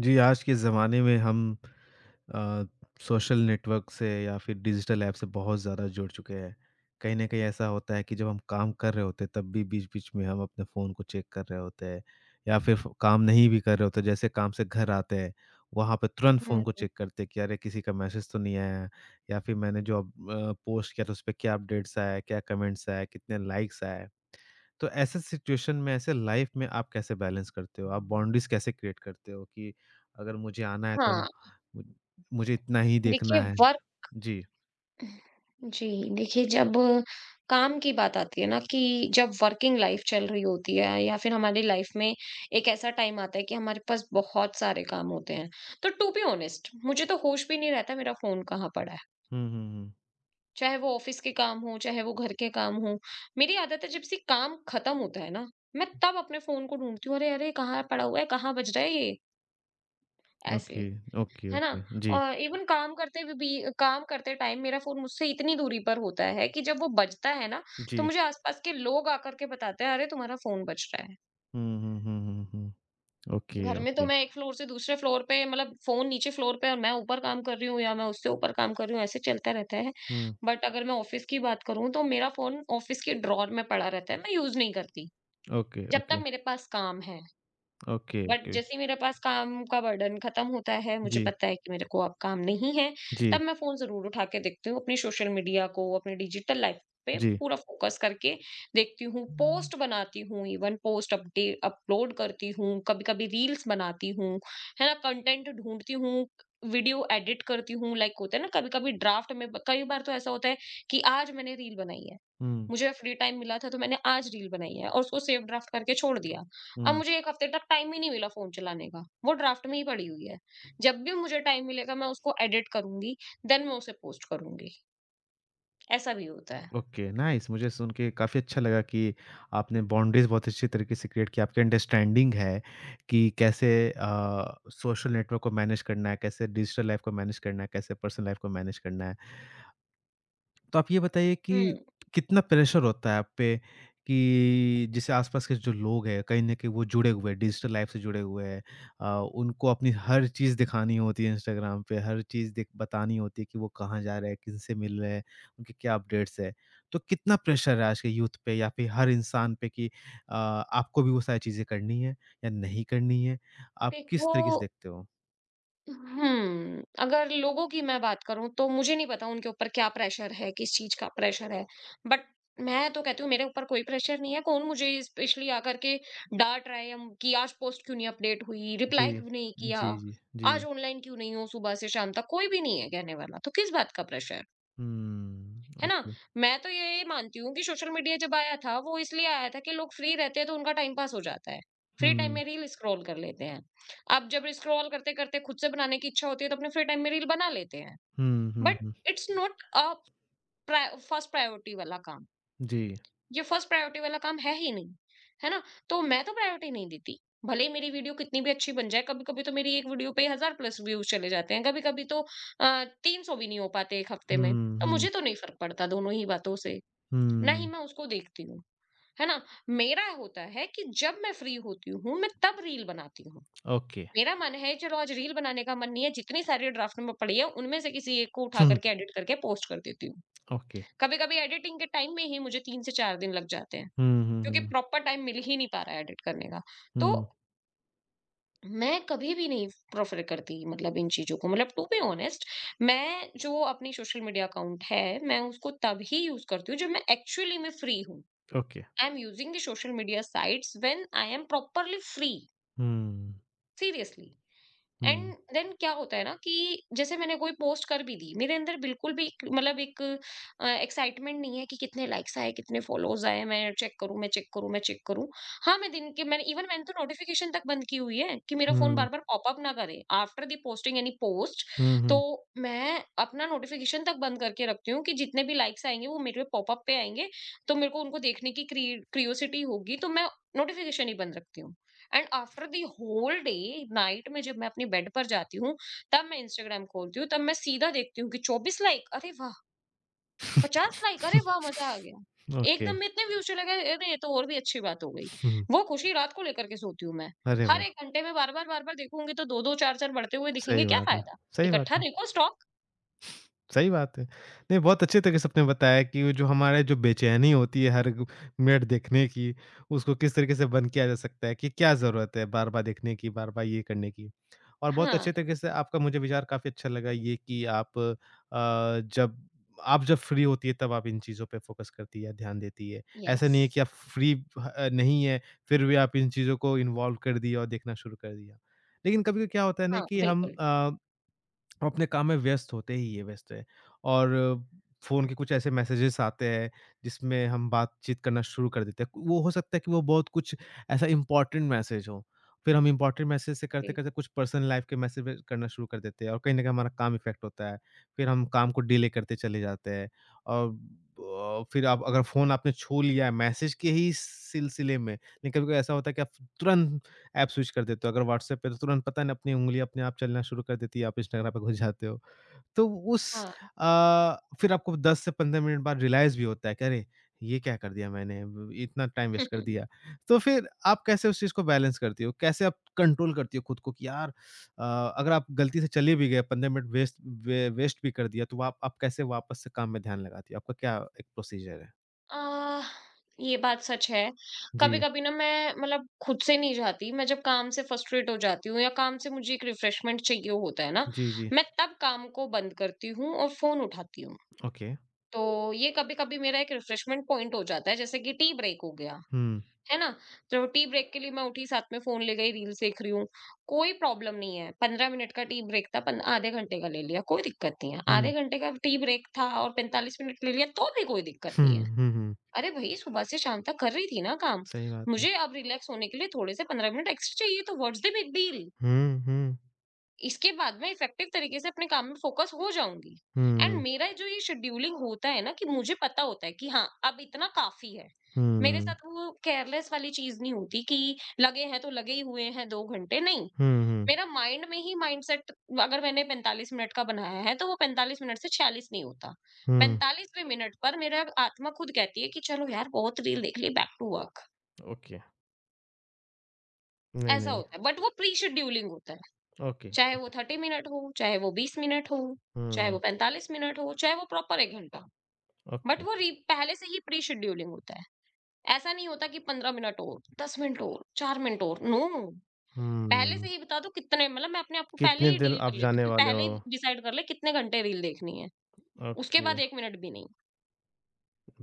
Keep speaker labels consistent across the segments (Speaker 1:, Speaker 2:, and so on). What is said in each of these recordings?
Speaker 1: जी, आज के ज़माने में हम अ, सोशल नेटवर्क से या फिर डिजिटल ऐप से बहुत ज़्यादा जुड़ चुके हैं। कहीं न कहीं ऐसा होता है कि जब हम काम कर रहे होते हैं, तब भी बीच-बीच में हम अपने फ़ोन को चेक कर रहे होते हैं या फिर फ़ काम नहीं भी कर रहे होते, जैसे काम से घर आते हैं, वहाँ पे तुरंत
Speaker 2: हुँ,
Speaker 1: फ़ोन को
Speaker 2: हुँ।
Speaker 1: चेक करते हैं कि अरे! किसी का मैसेज तो नहीं आया है या फिर मैंने जो अब पोस्ट किया था, उस पे क्या अपडेट्स आया है, क्या कमेंट्स आया है, कितने लाइक्स आए हैं। तो ऐसे सिचुएशन में, ऐसे लाइफ में आप कैसे बैलेंस करते हो? आप बाउंड्रीज़ कैसे क्रिएट करते हो कि अगर मुझे आना है तो
Speaker 2: हाँ,
Speaker 1: मु मुझे इतना ही
Speaker 2: देखिए
Speaker 1: देखना है?
Speaker 2: वर्क
Speaker 1: जी।
Speaker 2: जी, देखिए जब काम की बात आती है ना कि जब वर्किंग लाइफ़ चल रही होती है या फिर हमारी लाइफ़ में एक ऐसा टाइम आता है कि हमारे पास बहुत सारे काम होते हैं। तो टू बी ऑनेस्ट मुझे तो होश भी नहीं रहता मेरा फ़ोन कहाँ पड़ा है।
Speaker 1: हुँ, हुँ, हुँ।
Speaker 2: चाहे वो ऑफ़िस के काम हों, चाहे वो घर के काम हों, मेरी आदत है जब से काम ख़त्म होता है ना, मैं तब अपने फ़ोन को ढूँढती हूँ, अरे! अरे! कहाँ पड़ा हुआ है, कहाँ बज रहा है ये? ऐसे।
Speaker 1: ओके, ओके,
Speaker 2: है ना?
Speaker 1: ओके। जी,
Speaker 2: और इवन काम करते हुए भी काम करते टाइम मेरा फ़ोन मुझसे इतनी दूरी पर होता है कि जब वो बजता है ना, तो
Speaker 1: जी।
Speaker 2: मुझे आस-पास के लोग आकर के बताते हैं, "अरे! तुम्हारा फ़ोन बज रहा है।"
Speaker 1: हुँ, हुँ, हुँ, हुँ, हुँ। ओके,
Speaker 2: घर में तो
Speaker 1: ओके।
Speaker 2: मैं एक फ्लोर से दूसरे फ्लोर पे मतलब फ़ोन नीचे फ्लोर पे और मैं ऊपर काम कर रही हूँ या मैं उससे ऊपर काम कर रही हूँ, ऐसे चलता रहता है।
Speaker 1: हुँ।
Speaker 2: बट अगर मैं ऑफ़िस की बात करूँ, तो मेरा फ़ोन ऑफ़िस के ड्रॉर में पड़ा रहता है, मैं यूज़ नहीं करती,
Speaker 1: ओके,
Speaker 2: जब तक
Speaker 1: ओके,
Speaker 2: मेरे पास काम है।
Speaker 1: Okay,
Speaker 2: but
Speaker 1: okay.
Speaker 2: जैसे ही मेरे पास काम का बर्डन खत्म होता है, मुझे
Speaker 1: जी,
Speaker 2: पता है कि मेरे को अब काम नहीं है, तब
Speaker 1: जी,
Speaker 2: मैं फ़ोन ज़रूर उठा के देखती हूँ। अपनी सोशल मीडिया को, अपनी डिजिटल लाइफ़ पे
Speaker 1: जी।
Speaker 2: पूरा फ़ोकस करके देखती हूँ, पोस्ट बनाती हूँ, इवन पोस्ट अपडे अपलोड करती हूँ, कभी-कभी रील्स बनाती हूँ, है ना? कंटेंट ढूँढती हूँ, वीडियो एडिट करती हूँ, लाइक होता है ना कभी-कभी ड्राफ्ट में ब कई बार तो ऐसा होता है कि आज मैंने रील बनाई है।
Speaker 1: हुँ,
Speaker 2: मुझे फ्री टाइम मिला था तो मैंने आज रील बनाई है और उसको सेव ड्राफ्ट करके छोड़ दिया। अब
Speaker 1: हुँ।
Speaker 2: मुझे 1 हफ्ते तक टाइम ही नहीं मिला फ़ोन चलाने का, वो ड्राफ्ट में ही पड़ी हुई है। जब भी मुझे टाइम मिलेगा मैं उसको एडिट करूँगी, देन मैं उसे पोस्ट करूँगी, ऐसा भी होता है।
Speaker 1: ओके, नाइस मुझे सुन के काफ़ी अच्छा लगा कि आपने बाउंड्रीज़ बहुत अच्छी तरीके से क्रिएट की, आपकी अंडरस्टैंडिंग है कि कैसे सोशल नेटवर्क को मैनेज करना है, कैसे डिजिटल लाइफ़ को मैनेज करना है, कैसे पर्सनल लाइफ़ को मैनेज करना है। तो आप ये बताइए कि
Speaker 2: हुँ,
Speaker 1: कितना प्रेशर होता है आप पे कि जैसे आसपास के जो लोग हैं कहीं न कहीं वो जुड़े हुए हैं, डिजिटल लाइफ़ से जुड़े हुए हैं। अ, उनको अपनी हर चीज़ दिखानी होती है इंस्टाग्राम पे, हर चीज़ दिख बतानी होती है कि वो कहाँ जा रहे हैं, किनसे मिल रहे हैं, उनके क्या अपडेट्स हैं। तो कितना प्रेशर है आज के यूथ पे या फिर हर इंसान पे कि आपको भी वो सारी चीज़ें करनी है या नहीं करनी है? आप
Speaker 2: एक
Speaker 1: किस
Speaker 2: वो
Speaker 1: तरीके से देखते हो?
Speaker 2: अगर लोगों की मैं बात करूँ तो मुझे नहीं पता उनके ऊपर क्या प्रेशर है, किस चीज़ का प्रेशर है। बट मैं तो कहती हूँ मेरे ऊपर कोई प्रेशर नहीं है, कौन मुझे स्पेशली आकर के डाँट रहा है या कि आज पोस्ट क्यों नहीं अपडेट हुई,
Speaker 1: जी।
Speaker 2: रिप्लाई क्यों नहीं किया,
Speaker 1: जी, जी, जी।
Speaker 2: आज ऑनलाइन क्यों नहीं हो सुबह से शाम तक, कोई भी नहीं है कहने वाला, तो किस बात का प्रेशर?
Speaker 1: हुँ,
Speaker 2: है ना?
Speaker 1: ओके।
Speaker 2: मैं तो यही मानती हूँ कि सोशल मीडिया जब आया था, वो इसलिए आया था कि लोग फ्री रहते हैं तो उनका टाइम पास हो जाता है। फ्री टाइम
Speaker 1: हुँ,
Speaker 2: में रील स्क्रॉल कर लेते हैं। अब जब स्क्रॉल करते-करते खुद से बनाने की इच्छा होती है तो अपने फ्री टाइम में रील बना लेते हैं।
Speaker 1: हुँ, हुँ,
Speaker 2: but
Speaker 1: hmm.
Speaker 2: It's not a pri first priority वाला काम।
Speaker 1: जी।
Speaker 2: ये फर्स्ट प्रायोरिटी वाला काम है ही नहीं। है ना? तो मैं तो प्रायोरिटी नहीं देती। भले ही मेरी वीडियो कितनी भी अच्छी बन जाए, कभी-कभी तो मेरी एक वीडियो पे 1,000 प्लस व्यूज़ चले जाते हैं, कभी-कभी तो 300 भी नहीं हो पाते 1 हफ्ते में।
Speaker 1: हुँ,
Speaker 2: तो
Speaker 1: हुँ,
Speaker 2: मुझे तो नहीं फ़र्क पड़ता दोनों ही बातों से। ना ही
Speaker 1: हुँ।
Speaker 2: मैं उसको देखती हूँ, है ना? मेरा होता है कि जब मैं फ्री होती हूँ, मैं तब रील बनाती हूँ।
Speaker 1: ओके,
Speaker 2: मेरा मन है चलो आज रील बनाने का मन नहीं है, जितनी सारी ड्राफ्ट में पड़ी है उनमें से किसी एक को उठा
Speaker 1: हुँ,
Speaker 2: करके एडिट करके पोस्ट कर देती हूँ।
Speaker 1: ओके।
Speaker 2: कभी-कभी एडिटिंग के टाइम में ही मुझे 3 से 4 दिन लग जाते हैं,
Speaker 1: हुँ, हुँ,
Speaker 2: क्योंकि
Speaker 1: हुँ,
Speaker 2: प्रॉपर टाइम मिल ही नहीं पा रहा है एडिट करने का। तो
Speaker 1: हुँ,
Speaker 2: मैं कभी भी नहीं प्रेफ़र करती मतलब इन चीज़ों को मतलब टू बी ऑनेस्ट मैं जो अपनी सोशल मीडिया अकाउंट है, मैं उसको तभी यूज़ करती हूँ जब मैं एक्चुअली में फ्री हूँ।
Speaker 1: Okay.
Speaker 2: I'm using the social media sites when I am properly free.
Speaker 1: Hmm,
Speaker 2: Seriously. And
Speaker 1: hmm,
Speaker 2: then क्या होता है ना कि जैसे मैंने कोई पोस्ट कर भी दी मेरे अंदर बिल्कुल भी एक- मतलब एक एक्साइटमेंट नहीं है कि कितने लाइक्स आए कितने फॉलोज आए, मैं चेक करूं, मैं चेक करूं, मैं चेक करूं। हाँ मैं दिन के मैंने इवन मैंने तो नोटिफिकेशन तक बंद की हुई है कि मेरा फोन
Speaker 1: हुँ,
Speaker 2: बार बार पॉपअप ना करे after the posting any post.
Speaker 1: हुँ,
Speaker 2: तो
Speaker 1: हुँ,
Speaker 2: मैं अपना नोटिफिकेशन तक बंद करके रखती हूँ कि जितने भी लाइक्स आएंगे वो मेरे पॉपअप पे आएंगे तो मेरे को उनको देखने की क्रियोसिटी होगी तो मैं नोटिफिकेशन ही बंद रखती हूँ। And after the whole day night में जब मैं अपने बेड पर जाती हूँ तब मैं इंस्टाग्राम खोलती हूँ, तब मैं सीधा देखती हूँ कि 24 लाइक, अरे वाह! 50 लाइक, अरे वाह! मजा आ गया।
Speaker 1: ओके।
Speaker 2: एकदम में इतने व्यूज चले गए, अरे ये तो और भी अच्छी बात हो गई।
Speaker 1: हुँ,
Speaker 2: वो खुशी रात को लेकर के सोती हूँ मैं।
Speaker 1: अरे
Speaker 2: हर
Speaker 1: वाह!
Speaker 2: एक घंटे में बार बार बार बार देखूंगी तो दो दो चार चार बढ़ते हुए दिखेंगे,
Speaker 1: सही
Speaker 2: क्या
Speaker 1: बात है,
Speaker 2: फायदा?
Speaker 1: सही बात
Speaker 2: इकट्ठा
Speaker 1: है।
Speaker 2: देखो स्टॉक।
Speaker 1: सही बात है। नहीं, बहुत अच्छे तरीके से आपने बताया कि वो जो हमारे जो बेचैनी होती है हर ग मिनट देखने की, उसको किस तरीके से बंद किया जा सकता है, कि क्या ज़रूरत है बार-बार देखने की, बार-बार ये करने की। और बहुत
Speaker 2: हाँ,
Speaker 1: अच्छे तरीके से आपका मुझे विचार काफ़ी अच्छा लगा ये कि आप जब फ्री होती है तब आप इन चीज़ों पे फ़ोकस करती है, ध्यान देती है। ऐसा
Speaker 2: यस,
Speaker 1: नहीं है कि आप फ्री ह नहीं है, फिर भी आप इन चीज़ों को इन्वॉल्व कर दिया और देखना शुरू कर दिया। लेकिन कभी-कभी क्या होता है ना
Speaker 2: हाँ
Speaker 1: कि हम
Speaker 2: बिल्कुल,
Speaker 1: अपने काम में व्यस्त होते ही है व्यस्त है और फ़ोन के कुछ ऐसे मैसेजेस आते हैं जिसमें हम बातचीत करना शुरू कर देते हैं। वो हो सकता है कि वो बहुत कुछ ऐसा इम्पोर्टेंट मैसेज हो, फिर हम इम्पोर्टेंट मैसेज से
Speaker 2: जी,
Speaker 1: करते-करते कुछ पर्सनल लाइफ़ के मैसेज भी करना शुरू कर देते हैं और कहीं न कहीं हमारा काम इफ़ेक्ट होता है। फिर हम काम को डिले करते चले जाते हैं और फिर आप अगर फ़ोन आपने छू लिया है मैसेज के ही सिलसिले में, लेकिन कभी-कभी ऐसा होता है कि आप तुरंत ऐप स्विच कर देते हो। अगर व्हाट्सऐप पे तो तुरंत पता नहीं अपनी उँगलियाँ अपने आप चलना शुरू कर देती है, आप इंस्टाग्राम पे घुस जाते हो। तो उस
Speaker 2: हाँ।
Speaker 1: फिर आपको 10 से 15 मिनट बाद रियलाइज़ भी होता है कि अरे! ये क्या कर दिया मैंने? ब इतना टाइम वेस्ट कर दिया। तो फिर आप कैसे उस चीज़ को बैलेंस करती हो? कैसे आप कंट्रोल करती हो खुद को कि यार अगर आप गलती से चले भी गए 15 मिनट वेस्ट भी कर दिया तो आप कैसे वापस से काम में ध्यान लगाती हो? आपका क्या एक प्रोसीजर है?
Speaker 2: अ, ये बात सच है।
Speaker 1: जी।
Speaker 2: कभी-कभी ना मैं मतलब खुद से नहीं जाती, मैं जब काम से फ्रस्ट्रेट हो जाती हूँ या काम से मुझे एक रिफ्रेशमेंट चाहिए होता है ना,
Speaker 1: जी, जी।
Speaker 2: मैं तब काम को बंद करती हूँ और फ़ोन उठाती हूँ।
Speaker 1: ओके।
Speaker 2: तो ये कभी-कभी मेरा एक रिफ्रेशमेंट पॉइंट हो जाता है, जैसे कि टी ब्रेक हो गया,
Speaker 1: हुँ।
Speaker 2: है ना? तो टी ब्रेक के लिए मैं उठी, साथ में फ़ोन ले गई, रील्स देख रही हूँ, कोई प्रॉब्लम नहीं है। 15 मिनट का टी ब्रेक था, पन आधे घंटे का ले लिया, कोई दिक्कत नहीं है। आधे
Speaker 1: हुँ।
Speaker 2: घंटे का टी ब्रेक था और 45 मिनट ले लिया, तो भी कोई दिक्कत नहीं है।
Speaker 1: हुँ, हुँ, हुँ।
Speaker 2: अरे भाई सुबह से शाम तक कर रही थी ना काम।
Speaker 1: सही बात है।
Speaker 2: मुझे अब रिलैक्स होने के लिए थोड़े से 15 मिनट एक्स्ट्रा चाहिए तो व्हाट्स द बिग डील।
Speaker 1: हुँ, हुँ,
Speaker 2: इसके बाद मैं इफेक्टिव तरीके से अपने काम में फोकस हो जाऊंगी। एंड
Speaker 1: हुँ,
Speaker 2: मेरा जो ये शेड्यूलिंग होता है ना कि मुझे पता होता है कि हाँ अब इतना काफी है। मेरे
Speaker 1: हुँ,
Speaker 2: साथ वो केयरलेस वाली चीज नहीं होती कि लगे हैं तो लगे ही हुए हैं 2 घंटे नहीं।
Speaker 1: हुँ, हुँ,
Speaker 2: मेरा माइंड में ही माइंडसेट, अगर मैंने 45 मिनट का बनाया है तो वो 45 मिनट से 46 नहीं होता।
Speaker 1: हुँ।
Speaker 2: 45वें मिनट पर मेरा आत्मा खुद कहती है कि चलो यार बहुत रील देख ली, बैक टू वर्क।
Speaker 1: ओके। नहीं,
Speaker 2: ऐसा
Speaker 1: नहीं।
Speaker 2: होता है बट वो प्री शेड्यूलिंग होता है,
Speaker 1: ओके।
Speaker 2: चाहे वो 30 मिनट हो, चाहे वो 20 मिनट हो, चाहे
Speaker 1: हुँ।
Speaker 2: वो 45 मिनट हो, चाहे वो प्रॉपर 1 घंटा। But
Speaker 1: okay.
Speaker 2: वो री पहले से ही प्री शेड्यूलिंग होता है, ऐसा नहीं होता कि 15 मिनट और 10 मिनट और 4 मिनट और नो। पहले से
Speaker 1: हुँ।
Speaker 2: ही बता दो कितने मतलब मैं अपने आप को पहले
Speaker 1: कितने
Speaker 2: ही
Speaker 1: दिन
Speaker 2: डील कर
Speaker 1: आप
Speaker 2: लेती हूँ
Speaker 1: जाने
Speaker 2: कि
Speaker 1: वाले
Speaker 2: पहले ही
Speaker 1: हो?
Speaker 2: डिसाइड कर ले कितने घंटे रील देखनी है। उसके
Speaker 1: ओके।
Speaker 2: बाद 1 मिनट भी नहीं।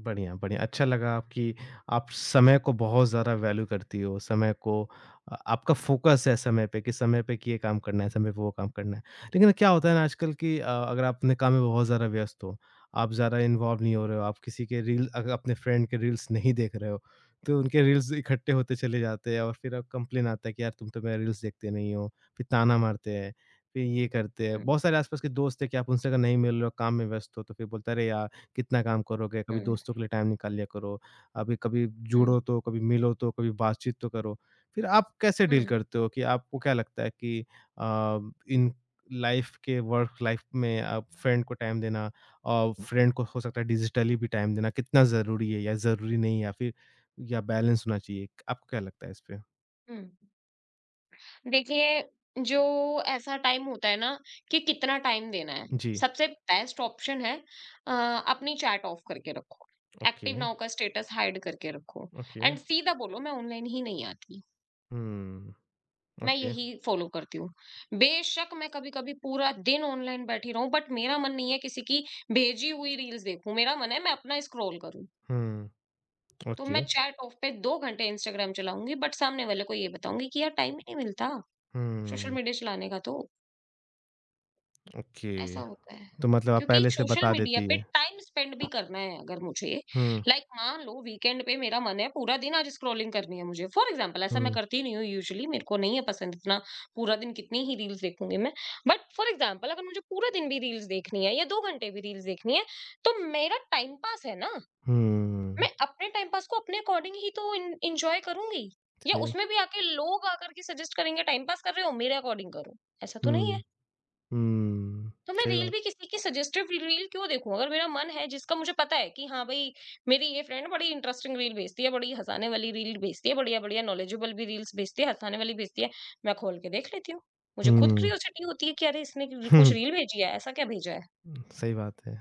Speaker 1: बढ़िया, बढ़िया। अच्छा लगा आपकी आप समय को बहुत ज़्यादा वैल्यू करती हो, समय को आपका फ़ोकस है समय पे कि ये काम करना है, समय पे वो काम करना है। लेकिन क्या होता है ना आजकल कि अगर आप अपने काम में बहुत ज़्यादा व्यस्त हो, आप ज़्यादा इन्वॉल्व नहीं हो रहे हो, आप किसी के रील अगर अपने फ्रेंड के रील्स नहीं देख रहे हो, तो उनके रील्स इकट्ठे होते चले जाते हैं और फिर अब कंप्लेन आता है कि यार तुम तो मेरा रील्स देखते नहीं हो, फिर ताना मारते हैं, फिर ये करते हैं।
Speaker 2: हुँ,
Speaker 1: बहुत सारे आस-पास के दोस्त हैं कि आप उनसे अगर नहीं मिल रहे हो, काम में व्यस्त हो, तो फिर बोलते हैं, "अरे यार! कितना काम करोगे? कभी
Speaker 2: हुँ,
Speaker 1: दोस्तों के लिए टाइम निकाल लिया करो। अभी कभी
Speaker 2: हुँ,
Speaker 1: जुड़ो तो, कभी मिलो तो, कभी बातचीत तो करो।" फिर आप कैसे डील
Speaker 2: हुँ,
Speaker 1: करते हो कि आपको क्या लगता है कि अ, इन लाइफ़ के वर्क लाइफ़ में आप फ्रेंड को टाइम देना और फ्रेंड को हो सकता है डिजिटली भी टाइम देना कितना ज़रूरी है या ज़रूरी नहीं है या फिर या बैलेंस होना चाहिए? आपको क्या लगता है इस पे?
Speaker 2: हुँ। देखिए, जो ऐसा टाइम होता है ना कि कितना टाइम देना है,
Speaker 1: जी।
Speaker 2: सबसे बेस्ट ऑप्शन है अ, अपनी चैट ऑफ करके रखो। एक्टिव
Speaker 1: ओके,
Speaker 2: नाउ का स्टेटस हाइड करके रखो
Speaker 1: ओके।
Speaker 2: एंड सीधा बोलो मैं ऑनलाइन ही नहीं आती।
Speaker 1: हुँ,
Speaker 2: मैं
Speaker 1: ओके।
Speaker 2: यही फॉलो करती हूँ। बेशक मैं कभी-कभी पूरा दिन ऑनलाइन बैठी रहूँ बट मेरा मन नहीं है किसी की भेजी हुई रील्स देखूँ, मेरा मन है मैं अपना स्क्रॉल करूँ।
Speaker 1: हुँ,
Speaker 2: तो मैं
Speaker 1: ओके।
Speaker 2: चैट ऑफ पे 2 घंटे इंस्टाग्राम चलाऊँगी बट सामने वाले को ये बताऊँगी कि यार टाइम ही नहीं मिलता सोशल
Speaker 1: हुँ,
Speaker 2: मीडिया चलाने का तो।
Speaker 1: ओके।
Speaker 2: ऐसा होता है।
Speaker 1: तो मतलब आप
Speaker 2: क्योंकि
Speaker 1: पहले से
Speaker 2: सोशल
Speaker 1: बता
Speaker 2: मीडिया
Speaker 1: देती
Speaker 2: पे
Speaker 1: हैं।
Speaker 2: टाइम स्पेंड भी करना है अगर मुझे,
Speaker 1: हुँ,
Speaker 2: लाइक मान लो वीकेंड पे मेरा मन है पूरा दिन आज स्क्रॉलिंग करनी है मुझे, फॉर एग्जांपल। ऐसा मैं
Speaker 1: हुँ,
Speaker 2: करती नहीं हूँ यूजुअली, मेरे को नहीं है पसंद इतना पूरा दिन कितनी ही रील्स देखूंगी मैं। बट फॉर एग्जांपल अगर मुझे पूरा दिन भी रील्स देखनी है या 2 घंटे भी रील्स देखनी है तो मेरा टाइम पास है ना। मैं
Speaker 1: हुँ।
Speaker 2: अपने टाइम पास को अपने अकॉर्डिंग ही तो इंजॉय करूंगी, या
Speaker 1: सही
Speaker 2: उसमें भी आके लोग आकर के सजेस्ट करेंगे टाइम पास कर रहे हो मेरे अकॉर्डिंग करो, ऐसा तो नहीं है।
Speaker 1: हुँ, हुँ।
Speaker 2: तो मैं
Speaker 1: सही
Speaker 2: रील
Speaker 1: बात
Speaker 2: भी किसी की सजेस्टेड रील क्यों देखूं, अगर मेरा मन है जिसका मुझे पता है कि हाँ भाई मेरी ये फ्रेंड बड़ी इंटरेस्टिंग रील भेजती है, बड़ी हंसाने वाली रील भेजती है, बढ़िया बढ़िया नॉलेजेबल भी रील्स भेजती है, हंसाने वाली भेजती है, मैं खोल के देख लेती हूँ। मुझे खुद
Speaker 1: हुँ,
Speaker 2: क्यूरियोसिटी होती है कि अरे इसने कुछ
Speaker 1: हुँ।
Speaker 2: रील भेजी है ऐसा क्या भेजा है,
Speaker 1: सही बात है।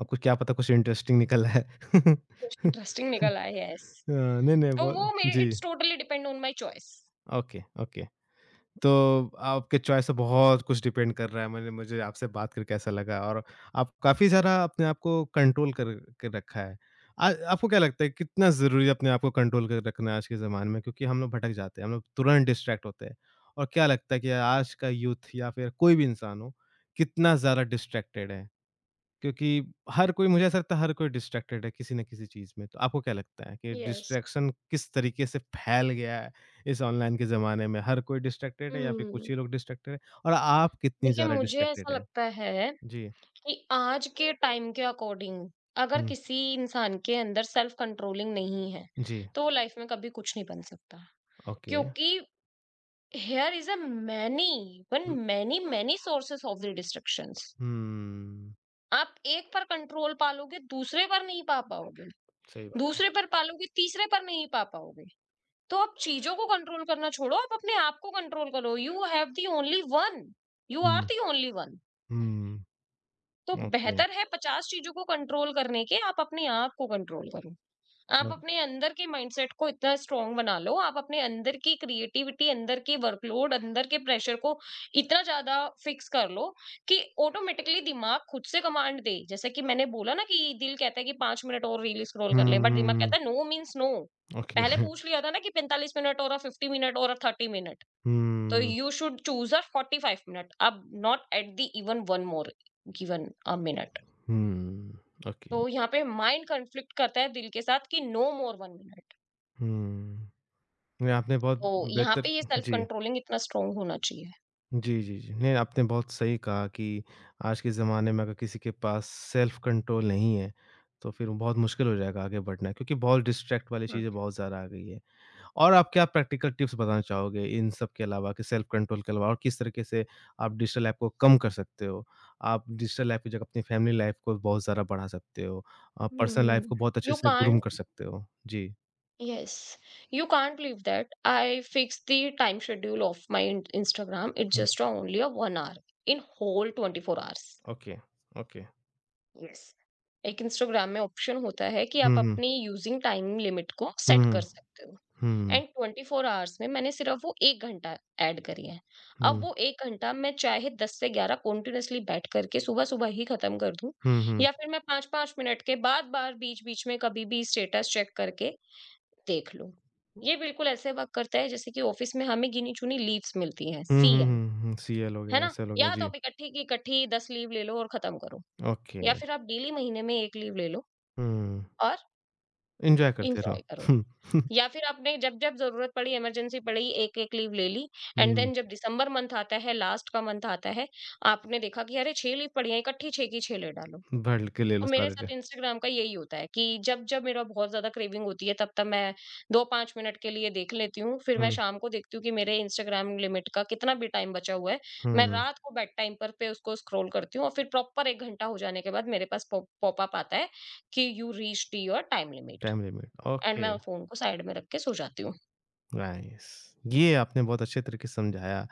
Speaker 1: आपको क्या पता कुछ इंटरेस्टिंग निकल आए।
Speaker 2: कुछ इंटरेस्टिंग निकल आया है
Speaker 1: नहीं, नहीं,
Speaker 2: तो
Speaker 1: बहुत
Speaker 2: वो मेरे
Speaker 1: जी।
Speaker 2: It's totally depend on my choice.
Speaker 1: Okay, okay. तो आपके चॉइस से बहुत कुछ डिपेंड कर रहा है। मैंने मुझे आपसे बात करके ऐसा लगा और आप काफ़ी सारा अपने आप को कंट्रोल कर के रखा है। आ आपको क्या लगता है कितना ज़रूरी है अपने आप को कंट्रोल कर रखना आज के ज़माने में? क्योंकि हम लोग भटक जाते हैं, हम लोग तुरंत डिस्ट्रैक्ट होते हैं। और क्या लगता है कि आज का यूथ या फिर कोई भी इंसान हो, कितना ज़्यादा डिस्ट्रैक्टेड है? क्योंकि हर कोई मुझे ऐसा लगता है हर कोई डिस्ट्रैक्टेड है किसी न किसी चीज़ में। तो आपको क्या लगता है कि
Speaker 2: यस।
Speaker 1: डिस्ट्रैक्शन किस तरीके से फैल गया है इस ऑनलाइन के ज़माने में? हर कोई डिस्ट्रैक्टेड है या फिर
Speaker 2: हम्म,
Speaker 1: कुछ ही लोग डिस्ट्रैक्टेड हैं? और आप कितनी
Speaker 2: देखिए
Speaker 1: ज़्यादा
Speaker 2: मुझे ऐसा
Speaker 1: डिस्ट्रैक्टेड हैं?
Speaker 2: लगता है
Speaker 1: जी।
Speaker 2: कि आज के टाइम के अकॉर्डिंग अगर
Speaker 1: हुँ।
Speaker 2: किसी इंसान के अंदर सेल्फ कंट्रोलिंग नहीं है,
Speaker 1: जी।
Speaker 2: तो वो लाइफ में कभी कुछ नहीं बन सकता।
Speaker 1: ओके।
Speaker 2: क्योंकि here is
Speaker 1: hmm,
Speaker 2: many many sources of the distractions.
Speaker 1: हुँ।
Speaker 2: आप एक पर कंट्रोल पालोगे, दूसरे पर नहीं पा पाओगे।
Speaker 1: सही बात।
Speaker 2: दूसरे पर पालोगे, तीसरे पर नहीं पा पाओगे। तो आप चीज़ों को कंट्रोल करना छोड़ो, आप अपने आप को कंट्रोल करो। You have the only one, you are
Speaker 1: hmm,
Speaker 2: the only one.
Speaker 1: हुँ।
Speaker 2: तो
Speaker 1: ओके।
Speaker 2: बेहतर है 50 चीज़ों को कंट्रोल करने के, आप अपने आप को कंट्रोल करो। आप
Speaker 1: ओक
Speaker 2: अपने अंदर के माइंडसेट को इतना स्ट्रांग बना लो, आप अपने अंदर की क्रिएटिविटी, अंदर की वर्कलोड, अंदर के प्रेशर को इतना ज़्यादा फिक्स कर लो कि ऑटोमेटिकली दिमाग खुद से कमांड दे। जैसे कि मैंने बोला ना, कि दिल कहता है कि 5 मिनट और रील स्क्रॉल
Speaker 1: हुँ,
Speaker 2: कर ले, बट
Speaker 1: हुँ,
Speaker 2: दिमाग कहता
Speaker 1: हुँ।
Speaker 2: है नो मीन्स नो।
Speaker 1: ओके।
Speaker 2: पहले पूछ लिया था ना, कि 45 मिनट और 50 मिनट और 30 मिनट। तो
Speaker 1: hmm,
Speaker 2: you should choose a 45 minute, अब not at the even 1 more given a minute.
Speaker 1: Hmm. Okay.
Speaker 2: तो यहाँ पे माइंड कॉन्फ्लिक्ट करता है दिल के साथ, कि नो मोर 1 मिनट।
Speaker 1: हुँ। नहीं, आपने बहुत
Speaker 2: तो यहां
Speaker 1: बेहतर
Speaker 2: पर यह
Speaker 1: जी।
Speaker 2: self-controlling इतना strong होना चाहिए
Speaker 1: जी, जी, जी। नहीं, आपने बहुत सही कहा कि आज के ज़माने में अगर किसी के पास सेल्फ़ कंट्रोल नहीं है, तो फिर वो बहुत मुश्किल हो जाएगा आगे बढ़ना क्योंकि बहुत डिस्ट्रैक्ट वाली
Speaker 2: है।
Speaker 1: चीज़ें बहुत ज़्यादा आ गई है। और आप क्या प्रैक्टिकल टिप्स बताना चाहोगे इन सब के अलावा कि सेल्फ़ कंट्रोल के अलावा और किस तरीके से आप डिजिटल ऐप को कम कर सकते हो? आप डिजिटल ऐप की जगह अपनी फैमिली लाइफ़ को बहुत ज़्यादा बढ़ा सकते हो। आप पर्सनल लाइफ़ को बहुत अच्छे
Speaker 2: you
Speaker 1: से ग्रूम
Speaker 2: can't,
Speaker 1: कर सकते हो। जी।
Speaker 2: Yes, you can't believe that, I fix the time schedule of my Instagram, it's
Speaker 1: hmm,
Speaker 2: just only a one hour, in whole 24 hours।
Speaker 1: Okay, okay.
Speaker 2: Yes, एक Instagram में option होता है कि आप
Speaker 1: हुँ, हुँ।
Speaker 2: अपनी using time limit को
Speaker 1: हुँ,
Speaker 2: set कर
Speaker 1: हुँ।
Speaker 2: सकते हो।
Speaker 1: हुँ, हुँ।
Speaker 2: एंड 24 आवर्स में मैंने सिर्फ वो 1 घंटा ऐड करी है। अब वो 1 घंटा मैं चाहे 10 से 11 कंटीन्यूअसली बैठ करके सुबह-सुबह ही खत्म कर दूँ,
Speaker 1: हुँ, हुँ।
Speaker 2: या फिर मैं 5-5 मिनट के बाद-बाद बीच-बीच में कभी भी स्टेटस चेक करके देख लूँ। ये बिल्कुल ऐसे वर्क करता है, जैसे कि ऑफिस में हमें गिनी-चुनी लीव्स मिलती हैं,
Speaker 1: हुँ, हुँ,
Speaker 2: सीएल,
Speaker 1: हुँ, हुँ। सीएल हो
Speaker 2: है
Speaker 1: गया,
Speaker 2: ना?
Speaker 1: एसएल हो गया,
Speaker 2: या तो
Speaker 1: जी।
Speaker 2: आप इकट्ठी की इकट्ठी 10 लीव ले लो और खत्म करो,
Speaker 1: ओके।
Speaker 2: या फिर आप डेली महीने में 1 लीव ले लो
Speaker 1: हुँ,
Speaker 2: और
Speaker 1: एन्जॉय करते रहो।
Speaker 2: एन्जॉय करो।
Speaker 1: हुँ,
Speaker 2: या फिर आपने जब-जब ज़रूरत पड़ी, इमरजेंसी पड़ी, एक-एक लीव ले ली, एंड
Speaker 1: हुँ,
Speaker 2: देन जब दिसंबर मंथ आता है, लास्ट का मंथ आता है, आपने देखा कि अरे 6 लीव पड़ी हैं, इकट्ठी 6 की 6 ले डालो।
Speaker 1: भर के ले
Speaker 2: तो
Speaker 1: लो
Speaker 2: मेरे
Speaker 1: सारे
Speaker 2: साथ
Speaker 1: ट
Speaker 2: इंस्टाग्राम का यही होता है, कि जब-जब मेरा बहुत ज़्यादा क्रेविंग होती है, तब-तब मैं 2-5 मिनट के लिए देख लेती हूँ। फिर मैं
Speaker 1: हुँ,
Speaker 2: शाम को देखती हूँ कि मेरे इंस्टाग्राम लिमिट का कितना भी टाइम बचा हुआ है। मैं
Speaker 1: हुँ,
Speaker 2: रात को बेड टाइम पर पे उसको स्क्रॉल करती हूँ, और फिर प्रॉपर 1 घंटा हो जाने के बाद मेरे पास पॉपअप आता है कि you reached your time limit,
Speaker 1: time limit.
Speaker 2: And
Speaker 1: okay,
Speaker 2: मैं फ़ोन को साइड में रख के सो जाती हूँ।
Speaker 1: नाइस। ये आपने बहुत अच्छे तरीके से समझाया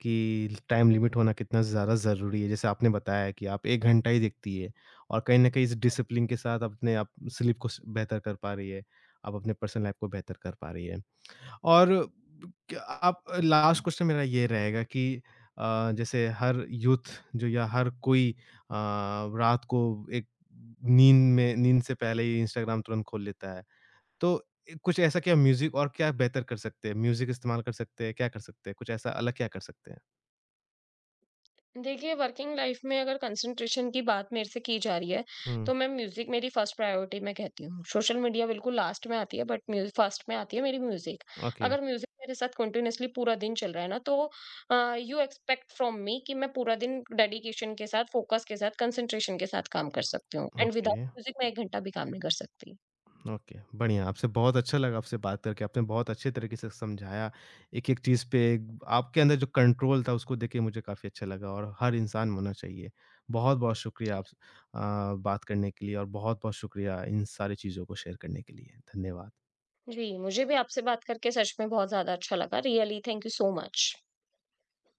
Speaker 1: कि टाइम लिमिट होना कितना ज़्यादा ज़रूरी है। जैसे आपने बताया कि आप 1 घंटा ही दिखती है और कहीं न कहीं इस डिसिप्लिन के साथ अपने आप स्लीप को स बेहतर कर पा रही है। आप अपने पर्सनल लाइफ़ को बेहतर कर पा रही है। और क्या आप लास्ट क्वेश्चन मेरा ये रहेगा कि जैसे हर यूथ जो या हर कोई अ, रात को एक नींद में नींद से पहले ही इंस्टाग्राम तुरंत खोल लेता है। तो कुछ ऐसा क्या म्यूज़िक और क्या बेहतर कर सकते हैं? म्यूज़िक इस्तेमाल कर सकते हैं? क्या कर सकते हैं? कुछ ऐसा अलग क्या कर सकते हैं?
Speaker 2: देखिए, वर्किंग लाइफ में अगर कंसंट्रेशन की बात मेरे से की जा रही है,
Speaker 1: हुँ,
Speaker 2: तो मैं म्यूजिक मेरी फर्स्ट प्रायोरिटी में कहती हूँ। सोशल मीडिया बिल्कुल लास्ट में आती है, बट म्यूजिक फर्स्ट में आती है मेरी। म्यूजिक,
Speaker 1: ओके,
Speaker 2: अगर म्यूजिक मेरे साथ कंटिन्यूअसली पूरा दिन चल रहा है ना, तो यू एक्सपेक्ट फ्रॉम मी कि मैं पूरा दिन डेडिकेशन के साथ, फोकस के साथ, कंसंट्रेशन के साथ काम कर सकती हूँ, एंड
Speaker 1: ओके।
Speaker 2: विदाउट म्यूजिक मैं 1 घंटा भी काम नहीं कर सकती।
Speaker 1: ओके, बढ़िया, आपसे बहुत अच्छा लगा आपसे बात करके, आपने बहुत अच्छे तरीके से समझाया, एक-एक चीज़ पे आपके अंदर जो कंट्रोल था उसको देख के मुझे काफ़ी अच्छा लगा और हर इंसान होना चाहिए। बहुत-बहुत शुक्रिया
Speaker 2: जी,
Speaker 1: आप बात करने के लिए और बहुत-बहुत शुक्रिया इन सारी चीज़ों को शेयर करने के लिए। धन्यवाद।
Speaker 2: जी, मुझे भी आपसे बात करके सच में बहुत ज्यादा अच्छा लगा। Really thank you so much.